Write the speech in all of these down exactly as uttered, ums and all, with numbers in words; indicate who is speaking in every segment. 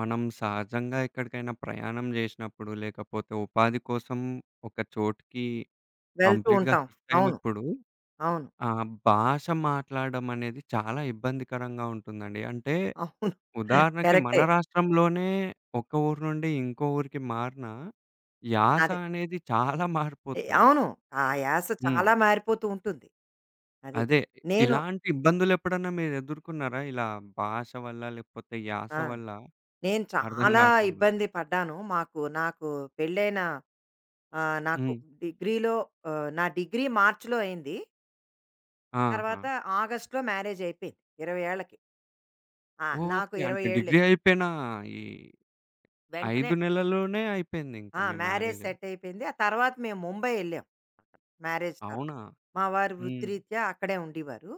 Speaker 1: మనం సహజంగా ఎక్కడికైనా ప్రయాణం జేసినప్పుడు, లేకపోతే ఉపాధి కోసం ఒక చోటుకి
Speaker 2: వెళ్తూ
Speaker 1: కంప్లీట్‌గా
Speaker 2: ఉంటాం.
Speaker 1: షిఫ్ట్
Speaker 2: అవును.
Speaker 1: అయినప్పుడు,
Speaker 2: అవును.
Speaker 1: ఆ భాష మాట్లాడడం అనేది చాలా ఇబ్బందికరంగా ఉంటుందండి. అంటే
Speaker 2: అవును.
Speaker 1: ఉదాహరణకి మన
Speaker 2: కరెక్టే.
Speaker 1: రాష్ట్రంలోనే ఒక ఊరు నుండి ఇంకో ఊరికి మారినా, యాస
Speaker 2: అదే.
Speaker 1: అనేది చాలా
Speaker 2: ఎ
Speaker 1: మారిపోతుంది.
Speaker 2: అవును. ఆ యాస
Speaker 1: హ్మ్.
Speaker 2: చాలా మారిపోతూ ఉంటుంది. అది.
Speaker 1: అదే.
Speaker 2: నేను
Speaker 1: ఇలాంటి ఇబ్బందులెప్పుడన్నా మీరెదుర్కున్నారా? ఇలా భాష వల్ల, లేకపోతే యాస
Speaker 2: ఆ!
Speaker 1: వల్ల
Speaker 2: నేను
Speaker 1: అర్థం
Speaker 2: చాలా
Speaker 1: గాకుండా?
Speaker 2: ఇబ్బంది పడ్డాను. మాకు నాకు పెళ్ళైన ఆహ్, నాకు
Speaker 1: హ్మ్.
Speaker 2: డిగ్రీలో ఆహ్, నా డిగ్రీ మార్చ్‌లో అయింది.
Speaker 1: ఆహా!
Speaker 2: తర్వాత ఆగస్ట్‌లో మ్యారేజ్ అయిపోయింది. ఇరవై ఏళ్ళకి. ఆ! నాకు
Speaker 1: ఓకే.
Speaker 2: ఇరవై
Speaker 1: అంటే
Speaker 2: ఏళ్ళు.
Speaker 1: డిగ్రీ అయిపోయిన ఈ
Speaker 2: వెంటనే
Speaker 1: ఐదు నెలల్లోనే
Speaker 2: ఆ!
Speaker 1: అయిపోయిందింక మీ
Speaker 2: మ్యారేజ్
Speaker 1: మ్యారేజ్.
Speaker 2: సెట్ అయిపోయింది. ఆ తర్వాత మేము ముంబై ఎళ్ళాం. మ్యారేజ్ తర్వాత.
Speaker 1: అవునా?
Speaker 2: మా వారు
Speaker 1: హ్మ్.
Speaker 2: వృత్తిరీత్యా అక్కడే ఉండేవారు.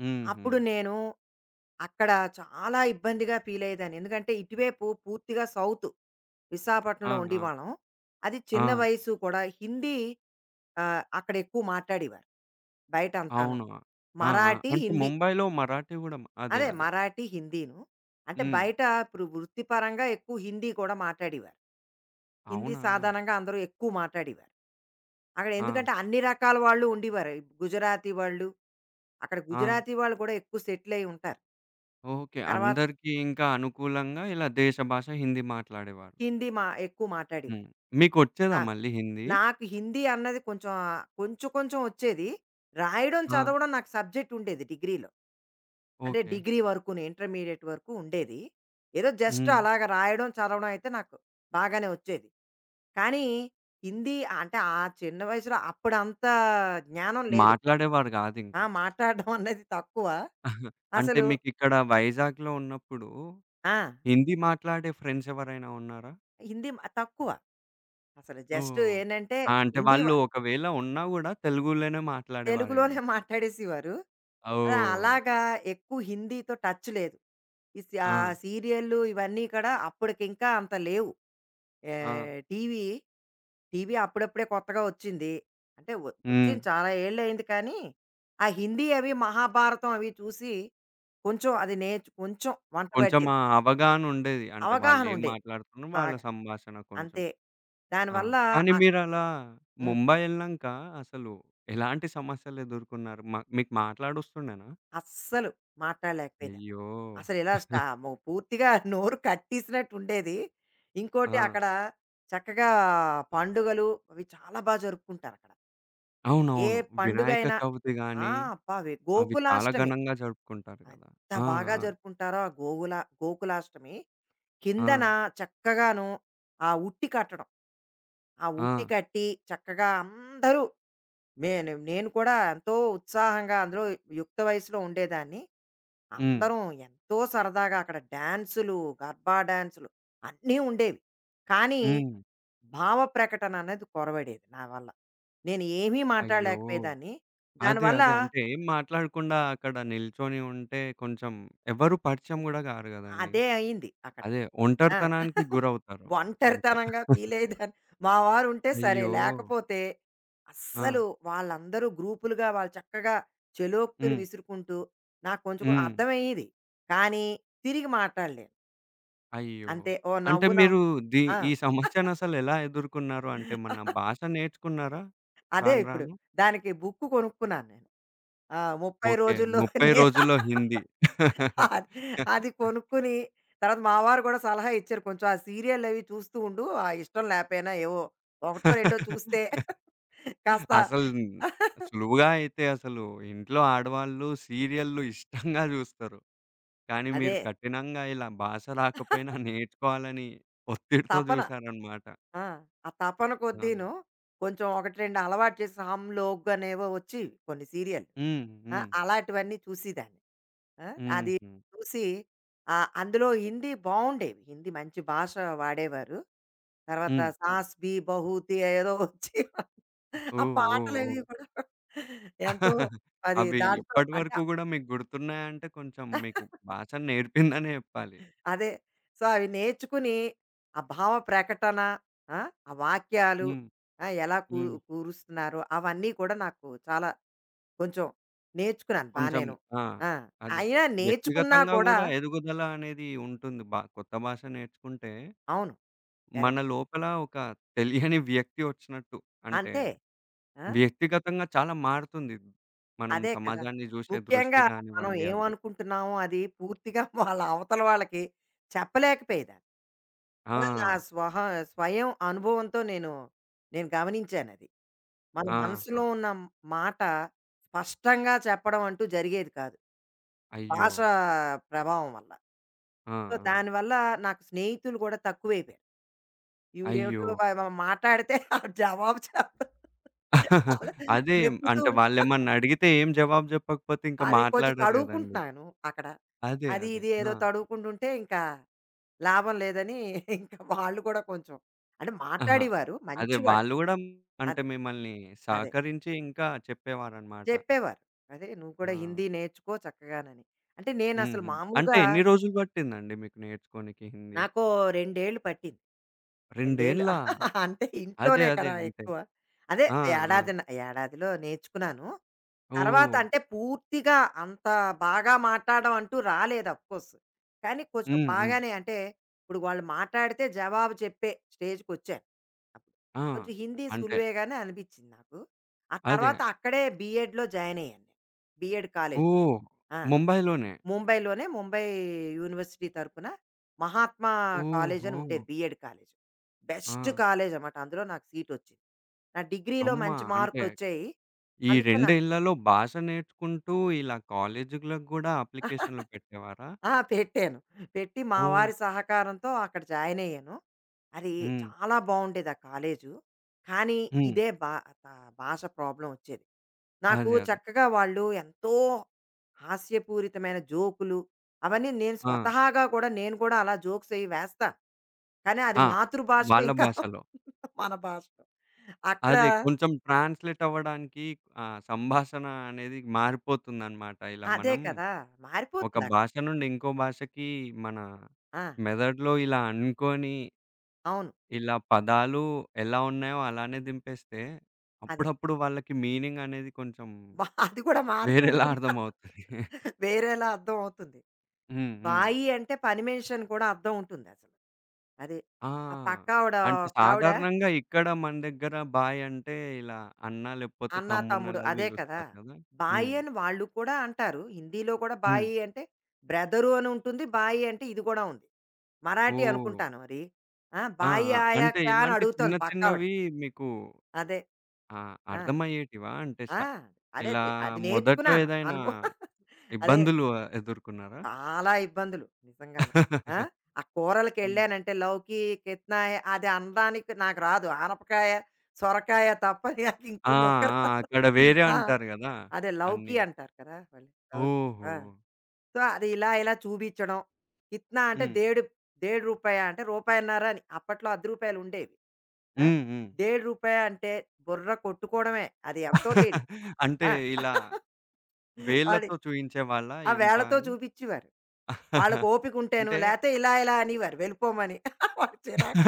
Speaker 1: హుహు.
Speaker 2: అప్పుడు నేను అక్కడ చాలా ఇబ్బందిగా ఫీల్ అయ్యేదాన్ని. ఎందుకంటే ఇటువైపు పూర్తిగా సౌత్.
Speaker 1: ఆ!
Speaker 2: విశాఖపట్నంలో
Speaker 1: ఆ!
Speaker 2: ఉండేవాళ్ళం. అది చిన్న
Speaker 1: ఆ!
Speaker 2: వయసు కూడా హిందీ ఆహ్, అక్కడ ఎక్కువ మాట్లాడేవారు. బయట అంతాను.
Speaker 1: అవును. ఆ! ఆ!
Speaker 2: మరాఠీ,
Speaker 1: అంటే
Speaker 2: హిందీ.
Speaker 1: ముంబైలో మరాఠీ గూడా మ అదే.
Speaker 2: అదే
Speaker 1: అదే.
Speaker 2: మరాఠీ, హిందీను. అంటే
Speaker 1: హ్మ్.
Speaker 2: బయట ఇప్పుడు వృత్తిపరంగా ఎక్కువ హిందీ కూడా మాట్లాడేవారు. హిందీ
Speaker 1: అవునా?
Speaker 2: సాధారణంగా అందరూ ఎక్కువ మాట్లాడేవారు. అక్కడ
Speaker 1: ఆ!
Speaker 2: ఎందుకంటే అన్ని రకాల వాళ్ళు ఉండేవారు. ఈ గుజరాతీ వాళ్ళు, అక్కడ
Speaker 1: ఆ!
Speaker 2: గుజరాతీ వాళ్ళు కూడా ఎక్కువ సెటిల్ అయ్యి ఉంటారు.
Speaker 1: ఓకే.
Speaker 2: తర్వాత
Speaker 1: అందరికీ ఇంకా అనుకూలంగా ఇలా దేశ భాష హిందీ మాట్లాడేవారు.
Speaker 2: హిందీ మా ఎక్కువ
Speaker 1: హ్మ్.
Speaker 2: మాట్లాడేవారు.
Speaker 1: మీకొచ్చేదా
Speaker 2: ఆ!
Speaker 1: మళ్ళీ హిందీ?
Speaker 2: నాకు హిందీ అన్నది కొంచెం, కొంచెం కొంచెం వచ్చేది. రాయడం,
Speaker 1: ఆ!
Speaker 2: చదవడం నాకు సబ్జెక్ట్ ఉండేది డిగ్రీలో. అంటే
Speaker 1: ఓకే.
Speaker 2: డిగ్రీ వరకును, ఇంటర్మీడియేట్ వరకు ఉండేది. ఏదో జస్ట్
Speaker 1: హ్మ్.
Speaker 2: అలాగ రాయడం, చదవడం అయితే నాకు బాగానే వచ్చేది. కానీ హిందీ అంటే ఆ చిన్న వయసులో అప్పుడంత జ్ఞానం లేదు.
Speaker 1: మాట్లాడేవారు గాదింక.
Speaker 2: ఆ! మాట్లాడడం అనేది తక్కువ.
Speaker 1: అంటే
Speaker 2: అసలు
Speaker 1: మీకిక్కడ వైజాగ్‌లో ఉన్నప్పుడు
Speaker 2: ఆ!
Speaker 1: హిందీ మాట్లాడే ఫ్రెండ్స్ ఎవరైనా ఉన్నారా?
Speaker 2: హిందీ మ తక్కువ. అసలు జస్ట్
Speaker 1: ఓహ్!
Speaker 2: ఏంటంటే
Speaker 1: ఆ! అంటే
Speaker 2: ఉండేవ
Speaker 1: వాళ్ళు ఒకవేళ ఉన్నా గూడా తెలుగులోనే మాట్లాడేవారేమో.
Speaker 2: తెలుగులోనే మాట్లాడేసేవారు. అలా
Speaker 1: ఓహ్!
Speaker 2: అలాగా ఎక్కువ హిందీతో టచ్ లేదు. ఈ సీ ఆ
Speaker 1: ఆ!
Speaker 2: సీరియల్లు ఇవన్నీ కూడా అప్పటికింకా అంత లేవు.
Speaker 1: ఆ!
Speaker 2: ఆహ్, టీవీ, టీవీ అప్పుడప్పుడే కొత్తగా వచ్చింది. అంటే వ
Speaker 1: హ్మ్.
Speaker 2: వచ్చింది చాలా ఏళ్ళయింది కానీ, ఆ హిందీ అవి మహాభారతం అవి చూసి కొంచెం అది నేర్చు కొంచెం వంట
Speaker 1: కొంచెం
Speaker 2: పట్టింది.
Speaker 1: ఆ అవగాహన ఉండేది. అంటే
Speaker 2: అవగాహన
Speaker 1: వాళ్ళేం
Speaker 2: ఉండేది
Speaker 1: మాట్లాడుతున్నారు వాళ్ళ
Speaker 2: బాగా.
Speaker 1: సంభాషణ కొంచెం.
Speaker 2: అంతే.
Speaker 1: ఆ!
Speaker 2: దానివల్ల
Speaker 1: కానీ
Speaker 2: అక్
Speaker 1: మీరలా
Speaker 2: హ్మ్.
Speaker 1: ముంబై ఎళ్ళాంక అసలు ఎలాంటి సమస్యలెదుర్కున్నారు? మ మీకు మాట్లాడొస్తుండేనా?
Speaker 2: అస్సలు మాట్లాడలేకపోయేదాన్ని.
Speaker 1: అయ్యో!
Speaker 2: అసలు ఇలా స్టా మొ పూర్తిగా నోరు కట్టేసినట్టుండేది.
Speaker 1: ఆ!
Speaker 2: ఇంకోటి అక్కడ చక్కగా పండుగలు అవి చాలా బా జరుపుకుంటారక్కడ. ఏ
Speaker 1: అవునవును. వినాయక
Speaker 2: పండుగైనా
Speaker 1: చవితి
Speaker 2: ఆ!
Speaker 1: గాని,
Speaker 2: అబ్బా! వె
Speaker 1: అవి చాలా
Speaker 2: గోకులాష్టమి.
Speaker 1: ఘనంగా జరుపుకుంటారు కదా!
Speaker 2: ఎంత
Speaker 1: ఆ!
Speaker 2: బాగా జరుపుకుంటారో ఆ గోగుల గోకులాష్టమి.
Speaker 1: ఆ! ఆ!
Speaker 2: కిందన చక్కగాను ఆ ఉట్టి కట్టడం. ఆ
Speaker 1: ఆ!
Speaker 2: ఉట్టి కట్టి చక్కగా అందరూ నేను నేను కూడా ఎంతో ఉత్సాహంగా అందులో యుక్త వయసులో ఉండేదాన్ని.
Speaker 1: హ్మ్.
Speaker 2: అందరం ఎంతో సరదాగా అక్కడ డాన్సులు, గర్బా డాన్సులు అన్నీ ఉండేవి. కానీ
Speaker 1: హ్మ్.
Speaker 2: భావ ప్రకటన అనేది కొరవడేది నా వల్ల. నేను ఏమీ
Speaker 1: అయ్యో!
Speaker 2: మాట్లాడలేకపోయేదాన్ని.
Speaker 1: అదే.
Speaker 2: దానివల్ల
Speaker 1: అదే. అంటే ఏం మాట్లాడకుండా అక్కడ నిల్చొని ఉంటే కొంచెం ఎవరు పరిచయం గూడా గారు గదండీ.
Speaker 2: అదే అయింది అక్కడ.
Speaker 1: అదే
Speaker 2: ఆ!
Speaker 1: ఒంటరితనానికి గురవుతారు ఇంకా.
Speaker 2: ఒంటరితనంగా ఫీలయ్యేదాన్ని. మా వారుంటే సరే,
Speaker 1: అయ్యో!
Speaker 2: లేకపోతే
Speaker 1: ఆ!
Speaker 2: అస్సలు వాళ్ళందరూ గ్రూపులుగా వాళ్ళు చక్కగా చెలోక్తులు
Speaker 1: హ్మ్.
Speaker 2: విసురుకుంటూ నాకు కొంచెం కూడా
Speaker 1: హ్మ్.
Speaker 2: అర్థమయ్యేది. కానీ తిరిగి మాట్లాడలేను.
Speaker 1: అయ్యో!
Speaker 2: అంతే ఓ
Speaker 1: అంటే
Speaker 2: నవ్వు నవ్వు
Speaker 1: మీరు ది
Speaker 2: ఆ!
Speaker 1: ఈ సమస్యనసలెలా ఎదుర్కున్నారు? అంటే మన భాష నేర్చుకున్నారా
Speaker 2: అదే
Speaker 1: రాను
Speaker 2: ఇప్పుడు
Speaker 1: రాను?
Speaker 2: దానికి బుక్కు కొనుక్కున్నాను నేను. ఆ! ముప్పై
Speaker 1: ఓకే. ముప్పై
Speaker 2: రోజుల్లోనే
Speaker 1: రోజుల్లో హిందీ.
Speaker 2: అది అది కొనుక్కుని, తర్వాత మా వారు కూడా సలహా ఇచ్చారు. కొంచెం ఆ సీరియల్లవి చూస్తూ ఉండు. ఆ ఇష్టం లేపోయినా ఏవో ఒకటో, రెండో చూస్తే కాస్త
Speaker 1: అసలు సులువుగా అయితే అసలు ఇంట్లో ఆడవాళ్ళు సీరియల్‌లు ఇష్టంగా జూస్తారు. కానీ మీరు
Speaker 2: అదే.
Speaker 1: కఠినంగా ఇలా భాష రాకపోయినా నేర్చుకోవాలని ఒత్తిడితో
Speaker 2: తపన.
Speaker 1: జూసారనమాట.
Speaker 2: ఆ! ఆ తపన
Speaker 1: ఆ!
Speaker 2: కొద్దీను కొంచెం ఒకటి రెండు అలవాటు చేసి 'హమ్ లోగ్' అనేవో వచ్చేవి కొన్ని సీరియల్.
Speaker 1: హ్మ్.
Speaker 2: ఆ!
Speaker 1: హ్మ్.
Speaker 2: అలాంటివన్నీ చూసేదాన్ని. ఆ! అది
Speaker 1: హుహు.
Speaker 2: చూసి ఆహ్, అందులో హిందీ బావుండేవి. హిందీ మంచి భాష వాడేవారు. తర్వాత
Speaker 1: హ్మ్.
Speaker 2: 'సాస్ భీ బహూ థీ' ఏదో వచ్చి ఆ
Speaker 1: ఓహ్! ఓహ్!
Speaker 2: పాటలవి
Speaker 1: ఓహ్!
Speaker 2: కూడా ఎంతో అది
Speaker 1: అవి
Speaker 2: దాంట్లో
Speaker 1: ఇప్పటి
Speaker 2: అంటే
Speaker 1: వరకు గూడా మీకు గుర్తున్నాయంటే కొంచెం మీకు భాష నేర్పిందనే జెప్పాలి.
Speaker 2: అదే. సో, అవి నేర్చుకుని, ఆ భావ ప్రకటన, ఆ! ఆ వాక్యాలు
Speaker 1: హ్మ్.
Speaker 2: ఆ! ఎలా కూ
Speaker 1: హ్మ్.
Speaker 2: కూరుస్తున్నారు, అవన్నీ కూడా నాకు చాలా కొంచెం నేర్చుకున్నాను
Speaker 1: కొంచెం
Speaker 2: బానేను.
Speaker 1: ఆ!
Speaker 2: ఆ!
Speaker 1: అదే.
Speaker 2: అయినా నేర్చుకున్నా
Speaker 1: వ్యక్తిగతంగా
Speaker 2: కూడా
Speaker 1: గూడా ఎదుగుదల అనేది ఉంటుంది. బా కొత్త భాష నేర్చుకుంటే
Speaker 2: అవును.
Speaker 1: మన
Speaker 2: కరెక్ట్.
Speaker 1: లోపల ఒక తెలియని వ్యక్తి వచ్చినట్టు. అంటే
Speaker 2: అంతే. ఆ!
Speaker 1: వ్యక్తిగతంగా చాలా మారుతుంది. మనం
Speaker 2: అదే కదా!
Speaker 1: సమాజాన్ని జూసే దృష్టి
Speaker 2: ముఖ్యంగా మనం
Speaker 1: గానివ్వండి అవి.
Speaker 2: ఏమనుకుంటున్నామో అది పూర్తిగా వాళ్ళ అవతల వాళ్ళకి చెప్పలేకపోయేదాన్ని.
Speaker 1: ఆ!
Speaker 2: అలా నా స్వహ స్వయం అనుభవంతో నేను, నేను గమనించానది. మన
Speaker 1: ఆహా!
Speaker 2: మనసులో ఉన్న మాట స్పష్టంగా చెప్పడం అంటూ జరిగేది కాదు.
Speaker 1: అయ్యో!
Speaker 2: భాష ప్రభావం వల్ల.
Speaker 1: ఆ!
Speaker 2: సో,
Speaker 1: ఆ!
Speaker 2: దానివల్ల నాకు స్నేహితులు కూడా తక్కువైపోయారు. ఈవిడేమిటో
Speaker 1: అయ్యో!
Speaker 2: వ వ మాట్లాడితే ఆ జవాబు చెప్పదు. అలా
Speaker 1: అదే
Speaker 2: వెతుకుతూ
Speaker 1: అంటే
Speaker 2: ఉంటా.
Speaker 1: వాళ్ళేమన్నా అడిగితే ఏం జవాబు జెప్పకపోతే ఇంక
Speaker 2: అది కొంచెం
Speaker 1: మాట్లాడరు గదండీ.
Speaker 2: తడువుకుంటున్నాను అక్కడ.
Speaker 1: అదే.
Speaker 2: అది,
Speaker 1: అదే.
Speaker 2: ఇది ఏదో
Speaker 1: ఆ!
Speaker 2: తడువుకుంటుంటే ఇంకా లాభం లేదని ఇంకా వాళ్ళు కూడా కొంచెం అంటే
Speaker 1: ఆహా!
Speaker 2: మాట్లాడేవారు.
Speaker 1: అదే
Speaker 2: మంచివాళ్ళు.
Speaker 1: వాళ్ళు గూడా అంటే
Speaker 2: అదే.
Speaker 1: మిమ్మల్ని
Speaker 2: అదే.
Speaker 1: సహకరించి ఇంకా చెప్పేవారనమాట.
Speaker 2: చెప్పేవారు. అదే "నువ్వు కూడా
Speaker 1: ఆ!
Speaker 2: హిందీ నేర్చుకో చక్కగానని." అంటే
Speaker 1: హ్మ్.
Speaker 2: నేనసలు
Speaker 1: హ్మ్. అంటే
Speaker 2: మామూలుగా
Speaker 1: ఎన్ని రోజులు బట్టిందండి మీకు నేర్చుకోనికి హిందీ?
Speaker 2: నాకో రెండు ఏళ్ళు పట్టింది. రెండేళ్ళు
Speaker 1: రెండేండ్లా?
Speaker 2: అంటే
Speaker 1: అదే.
Speaker 2: ఇంట్లోనే
Speaker 1: అదే.
Speaker 2: కదా
Speaker 1: అంటే
Speaker 2: ఎక్కువ. అదే
Speaker 1: ఆ! ఆ!
Speaker 2: ఏడాదిన ఏడాదిలో నేర్చుకున్నాను. తర్వాత
Speaker 1: ఓహ్!
Speaker 2: అంటే పూర్తిగా అంత బాగా మాట్లాడడం అంటూ రాలేదు అఫ్‌కోర్స్. కానీ కొంచెం
Speaker 1: హ్మ్. హ్మ్.
Speaker 2: బాగానే అంటే ఇప్పుడు వాళ్ళు మాట్లాడితే జవాబు చెప్పే స్టేజ్‌కొచ్చాను. అప్పుడు
Speaker 1: ఆ!
Speaker 2: కొంచెం హిందీ
Speaker 1: అంటే
Speaker 2: సులువేగానే అనిపిచ్చింది నాకు. ఆ
Speaker 1: అదే.
Speaker 2: తర్వాత అక్కడే బీఎడ్‌లో జాయిన్ అయ్యాను నేను. BEd college.
Speaker 1: ఓహ్!
Speaker 2: ఆ!
Speaker 1: ముంబైలోనే.
Speaker 2: ముంబైలోనే ముంబై యూనివర్సిటీ తరపున మహాత్మా కాలేజ్ అని
Speaker 1: ఓహో!
Speaker 2: ఉండేది. BEd college.
Speaker 1: ఆ!
Speaker 2: బెస్ట్ కాలేజ్ అన్నమాట. అందులో నాకు సీట్ వచ్చింది. నా డిగ్రీలో
Speaker 1: అమ్మా!
Speaker 2: మంచి
Speaker 1: అంటే
Speaker 2: మార్కులొచ్చాయి.
Speaker 1: ఈ
Speaker 2: అందుకే నా
Speaker 1: రెండేళ్లలో భాష నేర్చుకుంటూ ఇలా కాలేజీ‌లకు గూడా అప్లికేషన్‌లు పెట్టేవారా?
Speaker 2: ఆ! పెట్టాను. పెట్టి మా
Speaker 1: ఓహ్!
Speaker 2: వారి సహకారంతో అక్కడ జాయిన్ అయ్యాను. అది
Speaker 1: హ్మ్.
Speaker 2: చాలా బావుండేది ఆ కాలేజు. కానీ
Speaker 1: హ్మ్.
Speaker 2: ఇదే భా ఆహ్, భాష ప్రాబ్లమ్ వచ్చేది. నాకు
Speaker 1: అదే. అదే.
Speaker 2: చక్కగా వాళ్ళు ఎంతో హాస్యపూరితమైన జోకులు అవన్నీ నేను
Speaker 1: ఆ!
Speaker 2: స్వతహాగా కూడా నేను కూడా అలా జోక్స్ అయి వేస్తా. కానీ అది
Speaker 1: ఆ!
Speaker 2: మాతృభాషలో
Speaker 1: వాళ్ళ
Speaker 2: ఇంకా
Speaker 1: భాషలో.
Speaker 2: మన భాషలో. అక్కడ
Speaker 1: అదే కొంచెం ట్రాన్స్‌లేట్ అవ్వడానికి ఆ సంభాషణ అనేది మారిపోతుందన్నమాట. ఇలా
Speaker 2: అదే
Speaker 1: మనం
Speaker 2: కదా!
Speaker 1: ఒక
Speaker 2: మారిపోతుంది అక్కడ.
Speaker 1: భాష నుండి ఇంకో భాషకి మన
Speaker 2: ఆ!
Speaker 1: మెదడులో ఇలా అనుకోని,
Speaker 2: అవును.
Speaker 1: ఇలా పదాలు ఎలా ఉన్నాయో అలానే దింపేస్తే,
Speaker 2: అదే.
Speaker 1: అప్పుడప్పుడు వాళ్ళకి మీనింగ్ అనేది కొంచెం
Speaker 2: బా అది కూడా మారుతూ
Speaker 1: వేరేలా
Speaker 2: ఉంటుంది.
Speaker 1: అర్థమవుతది.
Speaker 2: వేరేలా అర్థం అవుతుంది.
Speaker 1: హ్మ్. హ్మ్.
Speaker 2: బాయి అంటే పని మనిషి అని కూడా అర్థం ఉంటుందసలు. అది. ఆ
Speaker 1: ఆ!
Speaker 2: పక్కావిడ
Speaker 1: అంటే
Speaker 2: ఒకావిడ
Speaker 1: సాధారణంగా ఇక్కడ మన దగ్గర బాయ్ అంటే ఇలా అన్న లేకపోతే
Speaker 2: అన్న,
Speaker 1: తమ్ముడిని
Speaker 2: తమ్ముడు
Speaker 1: అలా
Speaker 2: అదే కదా!
Speaker 1: పిలుస్తారు కదా! హ్మ్.
Speaker 2: బాయి అని వాళ్ళు కూడా అంటారు. హిందీలో కూడా
Speaker 1: హ్మ్.
Speaker 2: బాయి అంటే బ్రదరు అని ఉంటుంది. బాయి అంటే ఇది కూడా ఉంది. మరాఠీ
Speaker 1: ఓహ్!
Speaker 2: అనుకుంటాను మరి. ఆ!
Speaker 1: ఆ!
Speaker 2: "బాయి
Speaker 1: ఆ!
Speaker 2: ఆయా
Speaker 1: అంటే
Speaker 2: క్యా" అని
Speaker 1: ఇలాంటి చిన్న
Speaker 2: అడుగుతోంది పక్కావిడ.
Speaker 1: చిన్నవి మీకు
Speaker 2: అదే.
Speaker 1: ఆ!
Speaker 2: ఆ!
Speaker 1: అర్థమయ్యేటివా? అంటే స్ట
Speaker 2: ఆ! అదే
Speaker 1: ఇలా
Speaker 2: తె- అది
Speaker 1: మొదట్లో
Speaker 2: నేర్చుకున్నాను.
Speaker 1: ఏదైనా
Speaker 2: అనుభవం అదే.
Speaker 1: ఇబ్బందులు ఎదుర్కున్నారా?
Speaker 2: చాలా ఇబ్బందులు నిజంగాను. ఆ! ఆ
Speaker 1: హ్మ్.
Speaker 2: కూరలకెళ్ళానంటే లౌకీ, కిత్నాయ అది అనడానికి నాకు రాదు. ఆనపకాయ, సొరకాయ తప్ప నాకు ఇంకో
Speaker 1: ఆ!
Speaker 2: ముక్క
Speaker 1: ఆ!
Speaker 2: రాదు.
Speaker 1: అక్కడ వేరే
Speaker 2: ఆ!
Speaker 1: అంటారు గదా!
Speaker 2: అదే లౌకీ
Speaker 1: అన్నీ.
Speaker 2: అంటారు కదా! వాళ్ళు లౌకీ.
Speaker 1: ఓహో!
Speaker 2: ఆ! సో, అది ఇలా ఇలా చూపించడం. కిత్నా అంటే
Speaker 1: హ్మ్.
Speaker 2: దేడు రూ. ఒకటి పాయింట్ యాభై అంటే రూపాయన్నర అని. అప్పట్లో రూ. పది ఉండేవి. ఆ! రూ.
Speaker 1: హ్మ్. హ్మ్.
Speaker 2: ఒకటి పాయింట్ యాభై అంటే బుర్ర కొట్టుకోవడమే. అది ఎంతో తెలీదు.
Speaker 1: అంటే
Speaker 2: ఆ!
Speaker 1: ఇలా
Speaker 2: అది
Speaker 1: వేళ్ళతో చూయించేవాళ్ళా
Speaker 2: ఆ
Speaker 1: ఇంత
Speaker 2: వేళతో
Speaker 1: అని?
Speaker 2: చూపించేవారు. వాళ్ళకి ఓపిక ఉంటేను.
Speaker 1: అంటే
Speaker 2: లేతే ఇలా ఇలా అనేవారు వెళ్ళిపోమని. వాళ్ళకి చిరాకు.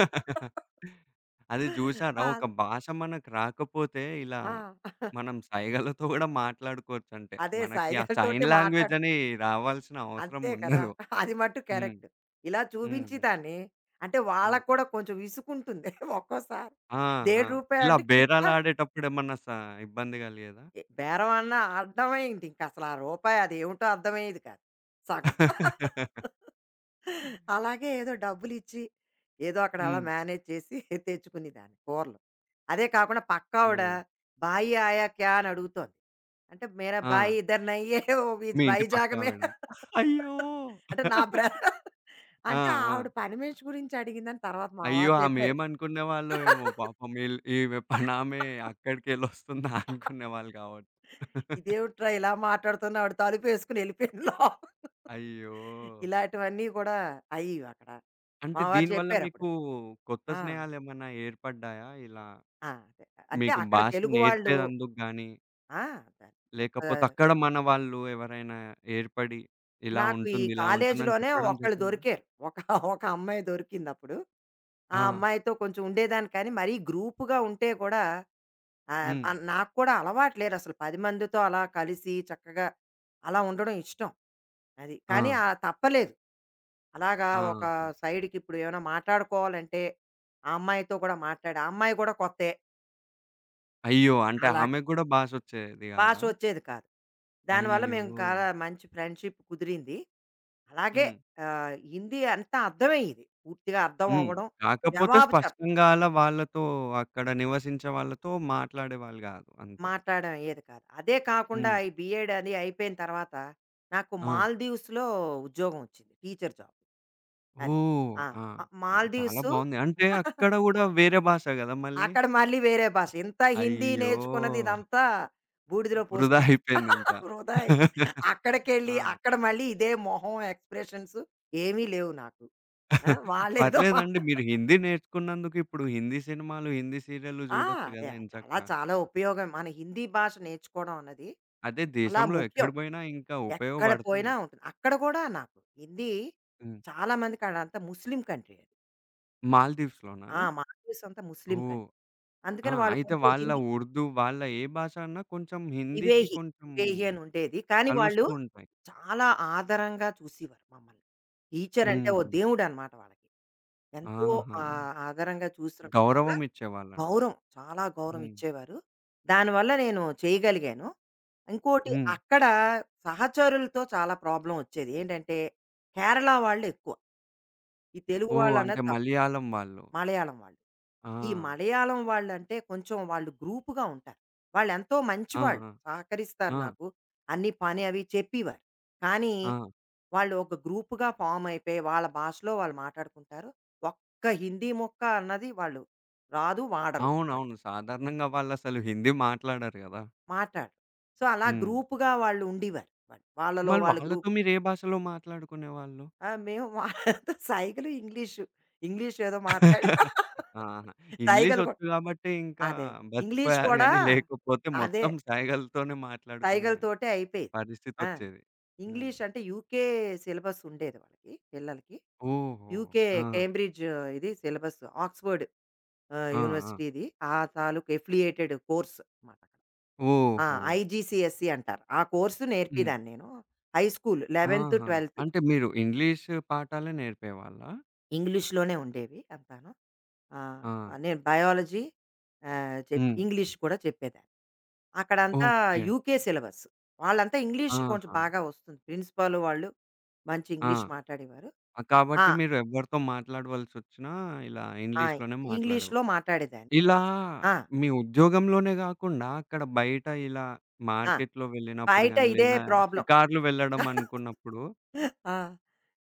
Speaker 1: అది జూసారా?
Speaker 2: ఆ!
Speaker 1: ఒక భాష మనకు రాకపోతే ఇలా
Speaker 2: ఆ!
Speaker 1: మనం సైగలతో గూడా మాట్లాడుకోవచ్చంటే.
Speaker 2: అదే
Speaker 1: మనకి ఆ
Speaker 2: సైగలతోటే
Speaker 1: సైన్ లాంగ్వేజ్
Speaker 2: మాట్లాడు.
Speaker 1: అని రావాల్సిన అవసరం
Speaker 2: అంతే కదా!
Speaker 1: ఉండదు.
Speaker 2: అది మట్టు
Speaker 1: హ్మ్.
Speaker 2: కరెక్ట్. ఇలా
Speaker 1: హ్మ్.
Speaker 2: చూపించేదాన్ని. అంటే
Speaker 1: ఆ!
Speaker 2: వాళ్ళకి కూడా కొంచెం విసుకుంటుంది ఒక్కోసారి.
Speaker 1: ఆ! ఆ!
Speaker 2: డేఢ్ రూపాయి
Speaker 1: ఇలా
Speaker 2: అంటే కిత్నా
Speaker 1: బేరాలాడేటప్పుడేమన్నా స ఇబ్బంది గలిగేదా?
Speaker 2: ఎ బేరం అన్నా అర్థమయ్యేది. ఇంకసలు ఆ రూపాయి అదేమిటో అర్థమయ్యేది కాదు. సగం.
Speaker 1: హ్మ్. ఓహ్!
Speaker 2: అలాగే ఏదో డబ్బులిచ్చి, ఏదో అక్కడ అలా మేనేజ్ చేసి తెచ్చుకునేదాన్ని కూరలు. అదే కాకుండా పక్కావిడ "భాయి ఆయా క్యా" అని అడుగుతోంది. అంటే "మేరా
Speaker 1: ఆ!
Speaker 2: భాయి ఇధర్ నహీ హై వో
Speaker 1: మీ ఇంటి
Speaker 2: వైజాగ్ మే"
Speaker 1: పక్కావిడ. అయ్యో!
Speaker 2: అంటే నా బ్ర
Speaker 1: ఆ!
Speaker 2: అంటే
Speaker 1: ఆ!
Speaker 2: ఆవిడ పని మనిషి గురించి అడిగిందని తర్వాత మా
Speaker 1: అయ్యో!
Speaker 2: వారు చెప్పారు.
Speaker 1: ఆమేమనుకునేవాళ్ళో ఏమో పాపం ఈల్ ఈమె పనామె అక్కడికెళ్ళొస్తుందా అనుకునేవాళ్ళు కావచ్చు.
Speaker 2: ఇదేవిట్రా ఇలా మాట్లాడుతున్నా ఆవిడ తలుపేసుకొని ఎళ్ళిపోయింది లోపలికి.
Speaker 1: అయ్యో!
Speaker 2: ఇలాంటివన్నీ కూడా అయ్యేవి అక్కడ.
Speaker 1: అంటే
Speaker 2: మా వారు
Speaker 1: దీనివల్ల
Speaker 2: చెప్పారప్పుడు.
Speaker 1: మీకు కొత్త
Speaker 2: ఆ!
Speaker 1: స్నేహాలేమన్నా ఏర్పడ్డాయా? ఇలా
Speaker 2: ఆ! అదే. అంటే
Speaker 1: మీకు
Speaker 2: అక్కడ
Speaker 1: భాష
Speaker 2: తెలుగు వాళ్ళు
Speaker 1: నేర్పేదందుకు గానీ,
Speaker 2: ఆ! అదే కొత్త
Speaker 1: లేకపోతే అక్కడ మన వాళ్ళు ఎవరైనా ఏర్పడి ఇలా
Speaker 2: నాకు ఈ
Speaker 1: ఉంటుంది, ఇలా ఉంటుందని
Speaker 2: కాలేజీలోనే
Speaker 1: చెప్పడం
Speaker 2: ఒకళ్ళు
Speaker 1: జరిగిందా?
Speaker 2: దొరికారు. ఒక ఒక అమ్మాయి దొరికిందప్పుడు. ఆ
Speaker 1: ఆ!
Speaker 2: అమ్మాయితో కొంచెం ఉండేదాన్ని కానీ, మరీ గ్రూప్‌గా ఉంటే కూడా ఆహ్,
Speaker 1: హ్మ్.
Speaker 2: ఆహ్, నాకు కూడా అలవాటు లేదసలు పది మందితో అలా కలిసి చక్కగా అలా ఉండడం ఇష్టం. అది.
Speaker 1: ఆ!
Speaker 2: కానీ ఆహ్, తప్పలేదు. అలాగా
Speaker 1: ఆ!
Speaker 2: ఒక సైడ్‌కిప్పుడు ఏమైనా మాట్లాడుకోవాలంటే, ఆ అమ్మాయితో కూడా మాట్లాడి ఆ అమ్మాయి కూడా కొత్తే
Speaker 1: అయ్యో! అంటే
Speaker 2: అలాగ.
Speaker 1: ఆమెకు గూడా భాషొచ్చేది
Speaker 2: భాష
Speaker 1: గాదా?
Speaker 2: వచ్చేది కాదు. దానివల్ల
Speaker 1: అయ్యో!
Speaker 2: మేము చాలా మంచి ఫ్రెండ్‌షిప్ కుదిరింది. అలాగే
Speaker 1: హ్మ్.
Speaker 2: ఆహ్, హిందీ అంతా అర్థమయ్యేది. పూర్తిగా అర్థం
Speaker 1: హ్మ్.
Speaker 2: అవ్వడం,
Speaker 1: కాకపోతే
Speaker 2: జవాబు చెప్
Speaker 1: స్పష్టంగా అలా వాళ్ళతో అక్కడ నివసించే వాళ్ళతో మాట్లాడేవాళ్ళు గాదు అంతే.
Speaker 2: మాట్లాడడం అయ్యేది కాదు. అదే కాకుండా
Speaker 1: హ్మ్.
Speaker 2: ఈ బీఎడ్ అది అయిపోయిన తర్వాత నాకు
Speaker 1: ఆ!
Speaker 2: మాల్దీవ్స్‌లో ఉద్యోగం వచ్చింది. Teacher job. అది.
Speaker 1: ఓహ్!
Speaker 2: ఆ!
Speaker 1: ఆ!
Speaker 2: ఆ,
Speaker 1: అన్ చాలా
Speaker 2: మాల్దీవ్స్
Speaker 1: బావుంది. అంటే అక్కడ గూడా వేరే భాష గదా మళ్ళీ?
Speaker 2: అక్కడ మళ్ళీ వేరే భాష. ఇంత హిందీ
Speaker 1: అయ్యో!
Speaker 2: నేర్చుకున్నది ఇదంతా బూడిదలో
Speaker 1: వృధా
Speaker 2: పోసినట్టు.
Speaker 1: అయిపోయిందింకా.
Speaker 2: వృధా అయి అక్కడికెళ్ళి
Speaker 1: ఆ!
Speaker 2: అక్కడ మళ్ళీ ఇదే మొహం ఎక్స్‌ప్రెషన్స్ ఏమీ లేవు నాకు. ఆ! వాళ్ళేదో
Speaker 1: పర్లేదండి. మీరు హిందీ నేర్చుకున్నందుకు ఇప్పుడు హిందీ సినిమాలు, హిందీ సీరియల్లు
Speaker 2: ఆ!
Speaker 1: జూడొచ్చు
Speaker 2: అదే.
Speaker 1: గదా
Speaker 2: అదే. అలా
Speaker 1: ఎంచక్కా.
Speaker 2: చాలా ఉపయోగం. మన హిందీ భాష నేర్చుకోవడం అన్నది
Speaker 1: అదే
Speaker 2: చాలా
Speaker 1: దేశంలో ఎక్కడ
Speaker 2: ముఖ్యం.
Speaker 1: బోయినా ఇంకా
Speaker 2: ఎక్కడ
Speaker 1: ఉపయోగపడుతుంది.
Speaker 2: పోయినా ఉంటుంది. అక్కడ కూడా నాకు హిందీ
Speaker 1: హ్మ్.
Speaker 2: చాలా మందికి అదంతా ముస్లిం కంట్రీ అది.
Speaker 1: మాల్దీవ్స్‌లోనా?
Speaker 2: ఆ! మా ఆఫీస్ అంతా ముస్లిం
Speaker 1: ఓహ్!
Speaker 2: కంట్రీ.
Speaker 1: ఆ!
Speaker 2: అందుకని వాళ్ళు
Speaker 1: అయితే
Speaker 2: కొంచెం
Speaker 1: వాళ్ళ
Speaker 2: హిందీ
Speaker 1: ఉర్దూ, వాళ్ళ ఏ భాష అన్నా కొంచెం హిందీకి
Speaker 2: వివేహి.
Speaker 1: కొంచెం
Speaker 2: 'వివేహి' అని ఉండేది. కానీ వాళ్ళు
Speaker 1: కలుస్తూ ఉంటాయి.
Speaker 2: చాలా ఆదరంగా చూసేవారు మమ్మల్ని. టీచర్ అంటే ఓ
Speaker 1: హుహు.
Speaker 2: దేవుడనమాట వాళ్ళకి. ఎంతో
Speaker 1: ఆహా!
Speaker 2: ఆహ్, ఆదరంగా చూసడం వల్ల
Speaker 1: గౌరవం ఇచ్చేవాళ్ళంట.
Speaker 2: గౌరవం, చాలా గౌరవం
Speaker 1: హ్మ్.
Speaker 2: ఇచ్చేవారు. దానివల్ల నేను చేయగలిగాను. ఇంకోటి
Speaker 1: హ్మ్.
Speaker 2: అక్కడ సహచరులతో చాలా ప్రాబ్లమ్ వచ్చేది. ఏంటంటే కేరళ వాళ్ళు ఎక్కువ. ఈ తెలుగు
Speaker 1: ఓహ్!
Speaker 2: వాళ్ళన్నా
Speaker 1: అంటే
Speaker 2: తక్కువ.
Speaker 1: మలయాళం వాళ్ళు.
Speaker 2: మలయాళం వాళ్ళు.
Speaker 1: ఆ!
Speaker 2: ఈ మలయాళం వాళ్ళంటే కొంచెం వాళ్ళు గ్రూప్‌గా ఉంటారు. వాళ్ళెంతో
Speaker 1: ఆ!
Speaker 2: మంచివాళ్ళు.
Speaker 1: ఆ!
Speaker 2: సహకరిస్తారు
Speaker 1: ఆ!
Speaker 2: నాకు. అన్ని పని అవి చెప్పేవారు. కానీ
Speaker 1: ఆ!
Speaker 2: వాళ్ళు ఒక గ్రూప్‌గా ఫార్మ్ అయిపోయి వాళ్ళ భాషలో వాళ్ళు మాట్లాడుకుంటారు. ఒక్క హిందీ ముక్క అన్నది వాళ్ళు రాదు, వాడరు వాళ్ళు.
Speaker 1: అవునవును. సాధారణంగా వాళ్ళసలు హిందీ మాట్లాడరు గదా!
Speaker 2: మాట్లాడరు. సో, అలా
Speaker 1: హ్మ్.
Speaker 2: గ్రూప్‌గా వాళ్ళు ఉండేవారు. వాళ్ళు వాళ్ళలో
Speaker 1: మరి
Speaker 2: వాళ్ళు
Speaker 1: వాళ్ళతో
Speaker 2: గ్రూప్
Speaker 1: మీరు ఏ భాషలో మాట్లాడుకునేవాళ్ళు?
Speaker 2: ఆ! మేము వాళ్ళతో సైగలు ఇంగ్లీషు. ఇంగ్లీష్ ఏదో మాట్లాడి
Speaker 1: ఆహా!
Speaker 2: సైగలు కూడా
Speaker 1: ఇంగ్లీషొచ్చు గాబట్టే ఇంకా
Speaker 2: అదే. అదే. ఇంగ్లీష్
Speaker 1: బతికిపోయారు
Speaker 2: కూడా
Speaker 1: గానీ, లేకపోతే
Speaker 2: అదే.
Speaker 1: మొత్తం సైగలతోనే మాట్లాడుకునే
Speaker 2: సైగలతోటే అయిపోయేది. ఆ!
Speaker 1: పరిస్థితొచ్చేది. హ్మ్.
Speaker 2: ఇంగ్లీష్ అంటే యూకే సిలబస్ ఉండేది వాళ్ళకి పిల్లలకి.
Speaker 1: ఓహో!
Speaker 2: యూకే
Speaker 1: ఆ!
Speaker 2: కేంబ్రిడ్జ్ ఇది సిలబస్ ఆక్స్‌ఫర్డ్ ఆహ్,
Speaker 1: ఆ! ఆ!
Speaker 2: యూనివర్సిటీది. ఆ తాలూకు ఎఫిలియేటెడ్ కోర్స్ మాట. ఆ!
Speaker 1: ఓహో!
Speaker 2: ఐజీసీఎస్‌సీ అంటారు. ఆ కోర్స్
Speaker 1: హ్మ్.
Speaker 2: నేర్పేదాన్ని నేను. హై స్కూల్ పదకొండు,
Speaker 1: ఆహా!
Speaker 2: పన్నెండు.
Speaker 1: అంటే మీరు ఇంగ్లీష్ పాఠాలే నేర్పేవాళ్ళా?
Speaker 2: ఇంగ్లీష్‌లోనే ఉండేవి అంతాను. ఆహ్,
Speaker 1: ఆ!
Speaker 2: నేను బయాలజీ ఆహ్, చెప్పి
Speaker 1: హ్మ్.
Speaker 2: ఇంగ్లీష్ కూడా చెప్పేదాన్ని. అక్కడంతా
Speaker 1: ఓకే.
Speaker 2: UK syllabus. వాళ్ళంతా ఇంగ్లీష్ కొంచెం
Speaker 1: ఆహా!
Speaker 2: బాగా వస్తుంది. ప్రిన్సిపాల్ వాళ్ళు మంచి
Speaker 1: ఆ!
Speaker 2: ఇంగ్లీష్ మాట్లాడేవారు.
Speaker 1: ఆహ్,
Speaker 2: ఆ!
Speaker 1: కాబట్టి మీరు ఎవరితో మాట్లాడవలసొచ్చినా ఇలా
Speaker 2: ఆ!
Speaker 1: ఇంగ్లీష్‌లోనే మాట్లాడేవారు.
Speaker 2: ఇంగ్లీష్‌లో మాట్లాడేదాన్ని.
Speaker 1: ఇలా
Speaker 2: ఆ!
Speaker 1: మీ ఉద్యోగంలోనే గాకుండా అక్కడ బయట ఇలా
Speaker 2: ఆ!
Speaker 1: మార్కెట్‌లో వెళ్ళినప్పుడు
Speaker 2: బయట
Speaker 1: గాని,
Speaker 2: ఇదే
Speaker 1: లేదా
Speaker 2: ప్రాబ్లమ్.
Speaker 1: షికార్లు వెళ్ళడం అనుకున్నప్పుడు
Speaker 2: ఆ!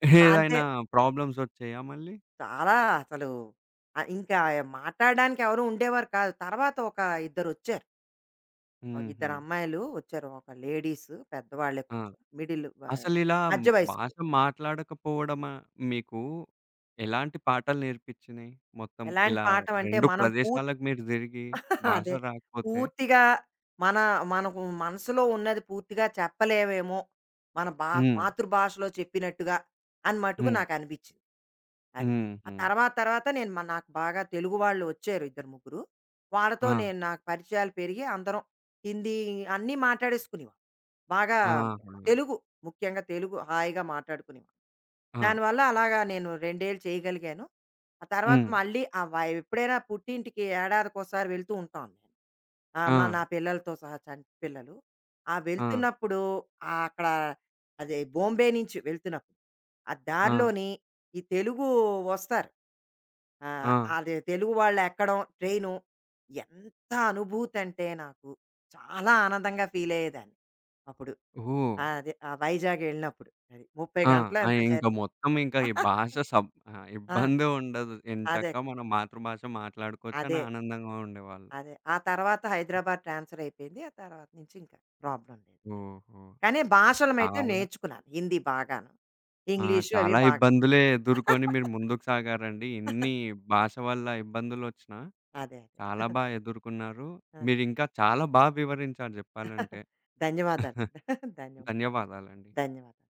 Speaker 2: ఇంకా అంతే
Speaker 1: ఏదైనా ప్రాబ్లమ్సొచ్చాయా మళ్ళీ?
Speaker 2: చాలా అసలు ఆహ్, ఇంకా మాట్లాడడానికి ఎవరు ఉండేవారు కాదు. తర్వాత ఒక ఇద్దరొచ్చారు. ఒక
Speaker 1: హుహు.
Speaker 2: ఇద్దరు అమ్మాయిలు వచ్చారు. ఒక లేడీస్ పెద్దవాళ్ళే
Speaker 1: ఆ!
Speaker 2: కొంచెం మిడిల్ వ
Speaker 1: అసలిలా హ్మ్,
Speaker 2: మధ్య
Speaker 1: భాష
Speaker 2: వయస్కులు.
Speaker 1: మాట్లాడకపోవడమా మీకు ఎలాంటి పాఠాలు నేర్పిచ్చినియి? మొత్తం
Speaker 2: ఎలాంటి
Speaker 1: ఇలా
Speaker 2: పాఠం అంటే
Speaker 1: రెండు
Speaker 2: మనం పూర్
Speaker 1: ప్రదేశాలకు మీరు తిరిగి భాష
Speaker 2: అదే.
Speaker 1: రాకపోతే
Speaker 2: పూర్తిగా మన మనకు మనసులో ఉన్నది పూర్తిగా చెప్పలేమేమో. మన బా
Speaker 1: హ్మ్.
Speaker 2: మాతృభాషలో చెప్పినట్టుగా అని మటుకు
Speaker 1: హ్మ్.
Speaker 2: నాకనిపించింది. అది. ఆ
Speaker 1: హుహు.
Speaker 2: తర్వాత తర్వాత నేను మ నాకు బాగా తెలుగు వాళ్ళు వచ్చారు ఇద్దరు, ముగ్గురు. వాళ్ళతో
Speaker 1: ఆ!
Speaker 2: నేను నాకు పరిచయాలు పెరిగి అందరం హిందీ అన్నీ మాట్లాడేసుకునేవాళ్ళం. బాగా
Speaker 1: ఆహా!
Speaker 2: తెలుగు, ముఖ్యంగా తెలుగు హాయిగా మాట్లాడుకునేవాళ్ళం.
Speaker 1: ఆ!
Speaker 2: దానివల్ల అలాగా నేను రెండు ఏళ్ళు చేయగలిగాను. ఆ తర్వాత
Speaker 1: హ్మ్.
Speaker 2: మళ్ళీ ఆ వై ఎప్పుడైనా పుట్టింటికి ఏడాదికోసారి వెళ్తూ ఉంటాను నేను. ఆ!
Speaker 1: ఆ!
Speaker 2: మా నా పిల్లలతో సహా చంటి పిల్లలు. ఆ
Speaker 1: ఆ!
Speaker 2: వెళ్తున్నప్పుడు ఆహ్, అక్కడ అదే బాంబే నుంచి వెళ్తున్నప్పుడు, ఆ
Speaker 1: ఆ!
Speaker 2: దారిలోని ఈ తెలుగు వస్తారు. ఆహ్,
Speaker 1: ఆ!
Speaker 2: అది తెలుగు వాళ్ళు ఎక్కడం ట్రైను ఎంత అనుభూతి అంటే నాకు చాలా ఆనందంగా ఫీల్ అయ్యేదాన్ని. అప్పుడు
Speaker 1: ఓహ్!
Speaker 2: ఆ, అదే ఆ వైజాగ్ ఎళ్ళినప్పుడు. అది ముప్పై
Speaker 1: ఆ!
Speaker 2: గంటలో
Speaker 1: ఆ!
Speaker 2: ఎంతో
Speaker 1: ఇంక
Speaker 2: జర్నీ.
Speaker 1: మొత్తం ఇంక ఈ భాష సబ్ ఆహ్,
Speaker 2: ఆ!
Speaker 1: ఇబ్బందే ఉండదు.
Speaker 2: అదే.
Speaker 1: ఎంచక్కా మన మాతృభాష మాట్లాడుకోవచ్చని
Speaker 2: అదే.
Speaker 1: ఆనందంగా ఉండేవాళ్ళు.
Speaker 2: అదే. ఆ తర్వాత హైదరాబాద్ ట్రాన్స్‌ఫర్ అయిపోయింది. ఆ తర్వాత నుంచి ఇంకా ప్రాబ్లమ్ లేదు.
Speaker 1: ఓహో!
Speaker 2: కానీ భాషలు అయితే
Speaker 1: చాలా
Speaker 2: నేర్చుకున్నాను. హిందీ బాగాను.
Speaker 1: ఆ!
Speaker 2: ఇంగ్లీషు అవి
Speaker 1: చాలా
Speaker 2: బాగా.
Speaker 1: ఇబ్బందులే ఎదుర్కొని మీరు ముందుకు సాగారండి. ఇన్ని భాష వల్ల ఇబ్బందులొచ్చినా,
Speaker 2: అదే.
Speaker 1: చాలా
Speaker 2: అదే.
Speaker 1: బా ఎదుర్కొన్నారు.
Speaker 2: అదే.
Speaker 1: మీరింకా చాలా బా వివరించారు జెప్పాలంటే.
Speaker 2: ధన్యవాదాలండి. ధన్యవాదాలు.
Speaker 1: ధన్యవాదాలండి.
Speaker 2: ధన్యవాదాలు.